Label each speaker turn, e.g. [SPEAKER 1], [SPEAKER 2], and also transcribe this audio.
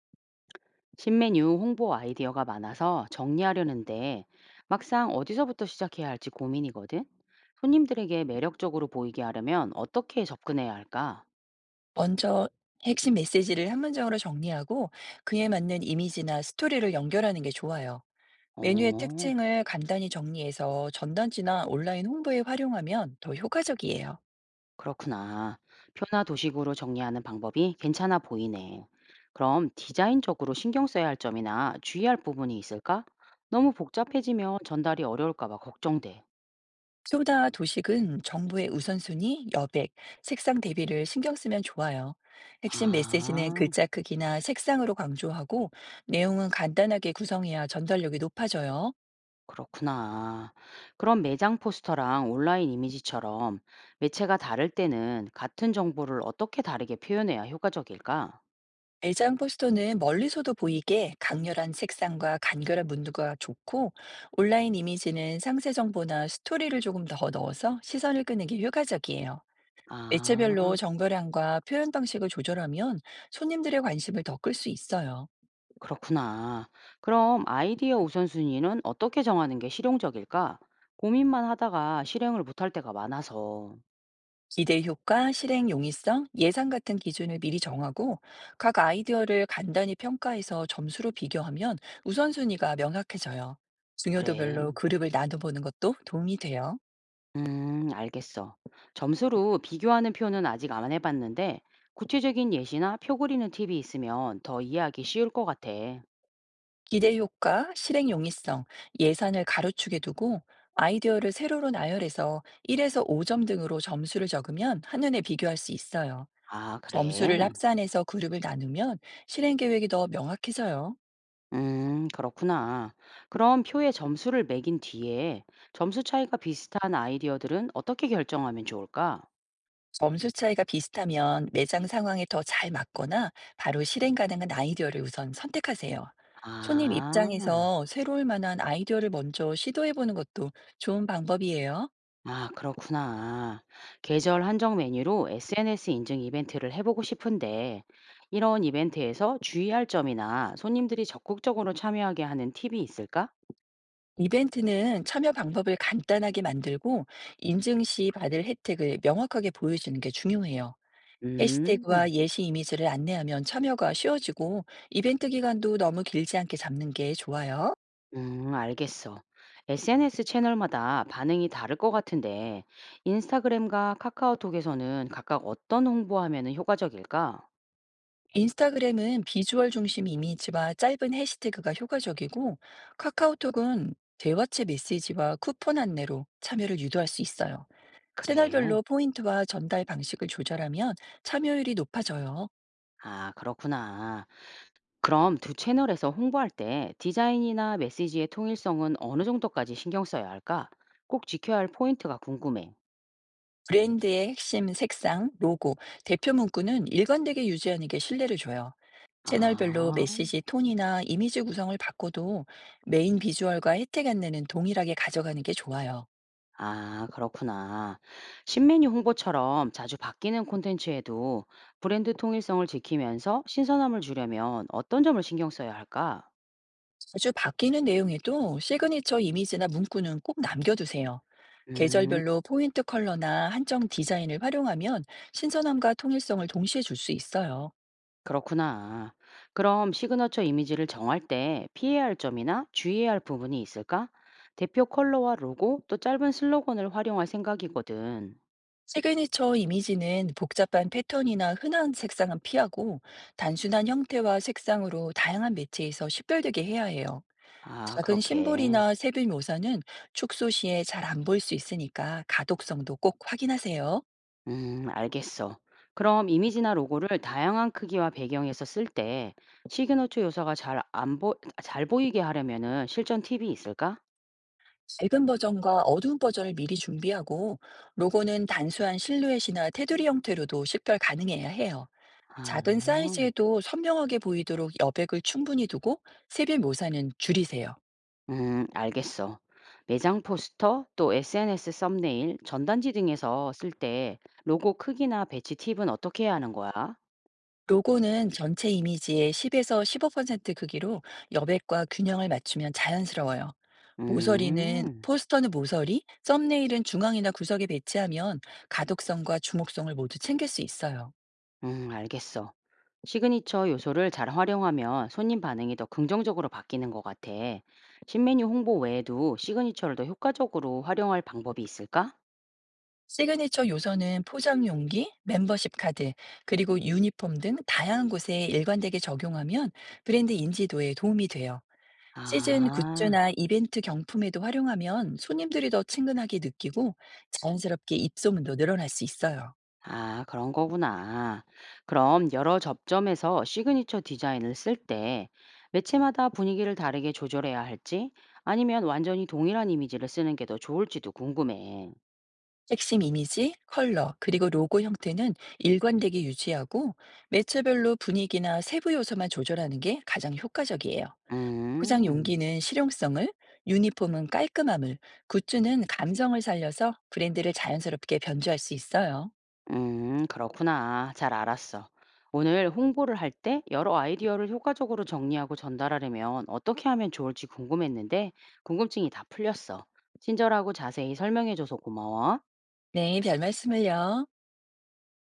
[SPEAKER 1] 신메뉴 홍보 아이디어가 많아서 정리하려는데 막상 어디서부터 시작해야 할지 고민이거든. 손님들에게 매력적으로 보이게 하려면 어떻게 접근해야 할까?
[SPEAKER 2] 먼저 핵심 메시지를 한 문장으로 정리하고 그에 맞는 이미지나 스토리를 연결하는 게 좋아요. 메뉴의
[SPEAKER 1] 어,
[SPEAKER 2] 특징을 간단히 정리해서 전단지나 온라인 홍보에 활용하면 더 효과적이에요.
[SPEAKER 1] 그렇구나. 표나 도식으로 정리하는 방법이 괜찮아 보이네. 그럼 디자인적으로 신경 써야 할 점이나 주의할 부분이 있을까? 너무 복잡해지면 전달이 어려울까 봐 걱정돼.
[SPEAKER 2] 소다 도식은 정부의 우선순위, 여백, 색상 대비를 신경 쓰면 좋아요. 핵심 메시지는
[SPEAKER 1] 아.
[SPEAKER 2] 글자 크기나 색상으로 강조하고 내용은 간단하게 구성해야 전달력이 높아져요.
[SPEAKER 1] 그렇구나. 그럼 매장 포스터랑 온라인 이미지처럼 매체가 다를 때는 같은 정보를 어떻게 다르게 표현해야 효과적일까?
[SPEAKER 2] 엘장 포스터는 멀리서도 보이게 강렬한 색상과 간결한 문구가 좋고 온라인 이미지는 상세 정보나 스토리를 조금 더 넣어서 시선을 끄는 게 효과적이에요. 매체별로
[SPEAKER 1] 아,
[SPEAKER 2] 정보량과 표현 방식을 조절하면 손님들의 관심을 더 끌 수 있어요.
[SPEAKER 1] 그렇구나. 그럼 아이디어 우선순위는 어떻게 정하는 게 실용적일까? 고민만 하다가 실행을 못할 때가 많아서.
[SPEAKER 2] 기대 효과, 실행 용이성, 예산 같은 기준을 미리 정하고 각 아이디어를 간단히 평가해서 점수로 비교하면 우선순위가 명확해져요.
[SPEAKER 1] 그래.
[SPEAKER 2] 중요도별로 그룹을 나눠보는 것도 도움이 돼요.
[SPEAKER 1] 알겠어. 점수로 비교하는 표는 아직 안 해봤는데, 구체적인 예시나 표 그리는 팁이 있으면 더 이해하기 쉬울 것 같아.
[SPEAKER 2] 기대 효과, 실행 용이성, 예산을 가로축에 두고 아이디어를 세로로 나열해서 1에서 5점 등으로 점수를 적으면 한눈에 비교할 수 있어요.
[SPEAKER 1] 아,
[SPEAKER 2] 점수를
[SPEAKER 1] 그래.
[SPEAKER 2] 합산해서 그룹을 나누면 실행 계획이 더 명확해져요.
[SPEAKER 1] 그렇구나. 그럼 표에 점수를 매긴 뒤에 점수 차이가 비슷한 아이디어들은 어떻게 결정하면 좋을까?
[SPEAKER 2] 점수 차이가 비슷하면 매장 상황에 더 잘 맞거나 바로 실행 가능한 아이디어를 우선 선택하세요. 손님
[SPEAKER 1] 아,
[SPEAKER 2] 입장에서 새로울 만한 아이디어를 먼저 시도해보는 것도 좋은 방법이에요.
[SPEAKER 1] 아, 그렇구나. 계절 한정 메뉴로 SNS 인증 이벤트를 해보고 싶은데, 이런 이벤트에서 주의할 점이나 손님들이 적극적으로 참여하게 하는 팁이 있을까?
[SPEAKER 2] 이벤트는 참여 방법을 간단하게 만들고 인증 시 받을 혜택을 명확하게 보여주는 게 중요해요. 해시태그와
[SPEAKER 1] 음.
[SPEAKER 2] 예시 이미지를 안내하면 참여가 쉬워지고 이벤트 기간도 너무 길지 않게 잡는 게 좋아요.
[SPEAKER 1] 알겠어. SNS 채널마다 반응이 다를 것 같은데, 인스타그램과 카카오톡에서는 각각 어떤 홍보하면 효과적일까?
[SPEAKER 2] 인스타그램은 비주얼 중심 이미지와 짧은 해시태그가 효과적이고 카카오톡은 대화체 메시지와 쿠폰 안내로 참여를 유도할 수 있어요.
[SPEAKER 1] 그래.
[SPEAKER 2] 채널별로 포인트와 전달 방식을 조절하면 참여율이 높아져요.
[SPEAKER 1] 아, 그렇구나. 그럼 두 채널에서 홍보할 때 디자인이나 메시지의 통일성은 어느 정도까지 신경 써야 할까? 꼭 지켜야 할 포인트가 궁금해.
[SPEAKER 2] 브랜드의 핵심 색상, 로고, 대표 문구는 일관되게 유지하는 게 신뢰를 줘요. 채널별로
[SPEAKER 1] 아.
[SPEAKER 2] 메시지 톤이나 이미지 구성을 바꿔도 메인 비주얼과 혜택 안내는 동일하게 가져가는 게 좋아요.
[SPEAKER 1] 아, 그렇구나. 신메뉴 홍보처럼 자주 바뀌는 콘텐츠에도 브랜드 통일성을 지키면서 신선함을 주려면 어떤 점을 신경 써야 할까?
[SPEAKER 2] 자주 바뀌는 내용에도 시그니처 이미지나 문구는 꼭 남겨두세요.
[SPEAKER 1] 음,
[SPEAKER 2] 계절별로 포인트 컬러나 한정 디자인을 활용하면 신선함과 통일성을 동시에 줄 수 있어요.
[SPEAKER 1] 그렇구나. 그럼 시그너처 이미지를 정할 때 피해야 할 점이나 주의해야 할 부분이 있을까? 대표 컬러와 로고, 또 짧은 슬로건을 활용할 생각이거든.
[SPEAKER 2] 시그니처 이미지는 복잡한 패턴이나 흔한 색상은 피하고 단순한 형태와 색상으로 다양한 매체에서 식별되게 해야 해요.
[SPEAKER 1] 아,
[SPEAKER 2] 작은
[SPEAKER 1] 그렇게.
[SPEAKER 2] 심볼이나 세부 묘사는 축소 시에 잘 안 보일 수 있으니까 가독성도 꼭 확인하세요.
[SPEAKER 1] 알겠어. 그럼 이미지나 로고를 다양한 크기와 배경에서 쓸 때 시그너처 요소가 잘 안 보, 잘 보이게 하려면은 실전 팁이 있을까?
[SPEAKER 2] 밝은 버전과 어두운 버전을 미리 준비하고 로고는 단순한 실루엣이나 테두리 형태로도 식별 가능해야 해요. 작은
[SPEAKER 1] 아,
[SPEAKER 2] 사이즈에도 선명하게 보이도록 여백을 충분히 두고 세부 묘사는 줄이세요.
[SPEAKER 1] 알겠어. 매장 포스터, 또 SNS 썸네일, 전단지 등에서 쓸 때 로고 크기나 배치 팁은 어떻게 해야 하는 거야?
[SPEAKER 2] 로고는 전체 이미지의 10에서 15% 크기로 여백과 균형을 맞추면 자연스러워요.
[SPEAKER 1] 음.
[SPEAKER 2] 포스터는 모서리, 썸네일은 중앙이나 구석에 배치하면 가독성과 주목성을 모두 챙길 수 있어요.
[SPEAKER 1] 알겠어. 시그니처 요소를 잘 활용하면 손님 반응이 더 긍정적으로 바뀌는 것 같아. 신메뉴 홍보 외에도 시그니처를 더 효과적으로 활용할 방법이 있을까?
[SPEAKER 2] 시그니처 요소는 포장 용기, 멤버십 카드, 그리고 유니폼 등 다양한 곳에 일관되게 적용하면 브랜드 인지도에 도움이 돼요. 시즌
[SPEAKER 1] 아,
[SPEAKER 2] 굿즈나 이벤트 경품에도 활용하면 손님들이 더 친근하게 느끼고 자연스럽게 입소문도 늘어날 수 있어요.
[SPEAKER 1] 아, 그런 거구나. 그럼 여러 접점에서 시그니처 디자인을 쓸 때 매체마다 분위기를 다르게 조절해야 할지 아니면 완전히 동일한 이미지를 쓰는 게 더 좋을지도 궁금해.
[SPEAKER 2] 핵심 이미지, 컬러, 그리고 로고 형태는 일관되게 유지하고 매체별로 분위기나 세부 요소만 조절하는 게 가장 효과적이에요. 포장
[SPEAKER 1] 음.
[SPEAKER 2] 용기는 실용성을, 유니폼은 깔끔함을, 굿즈는 감성을 살려서 브랜드를 자연스럽게 변주할 수 있어요.
[SPEAKER 1] 그렇구나. 잘 알았어. 오늘 홍보를 할 때 여러 아이디어를 효과적으로 정리하고 전달하려면 어떻게 하면 좋을지 궁금했는데 궁금증이 다 풀렸어. 친절하고 자세히 설명해줘서 고마워.
[SPEAKER 2] 네, 별 말씀을요.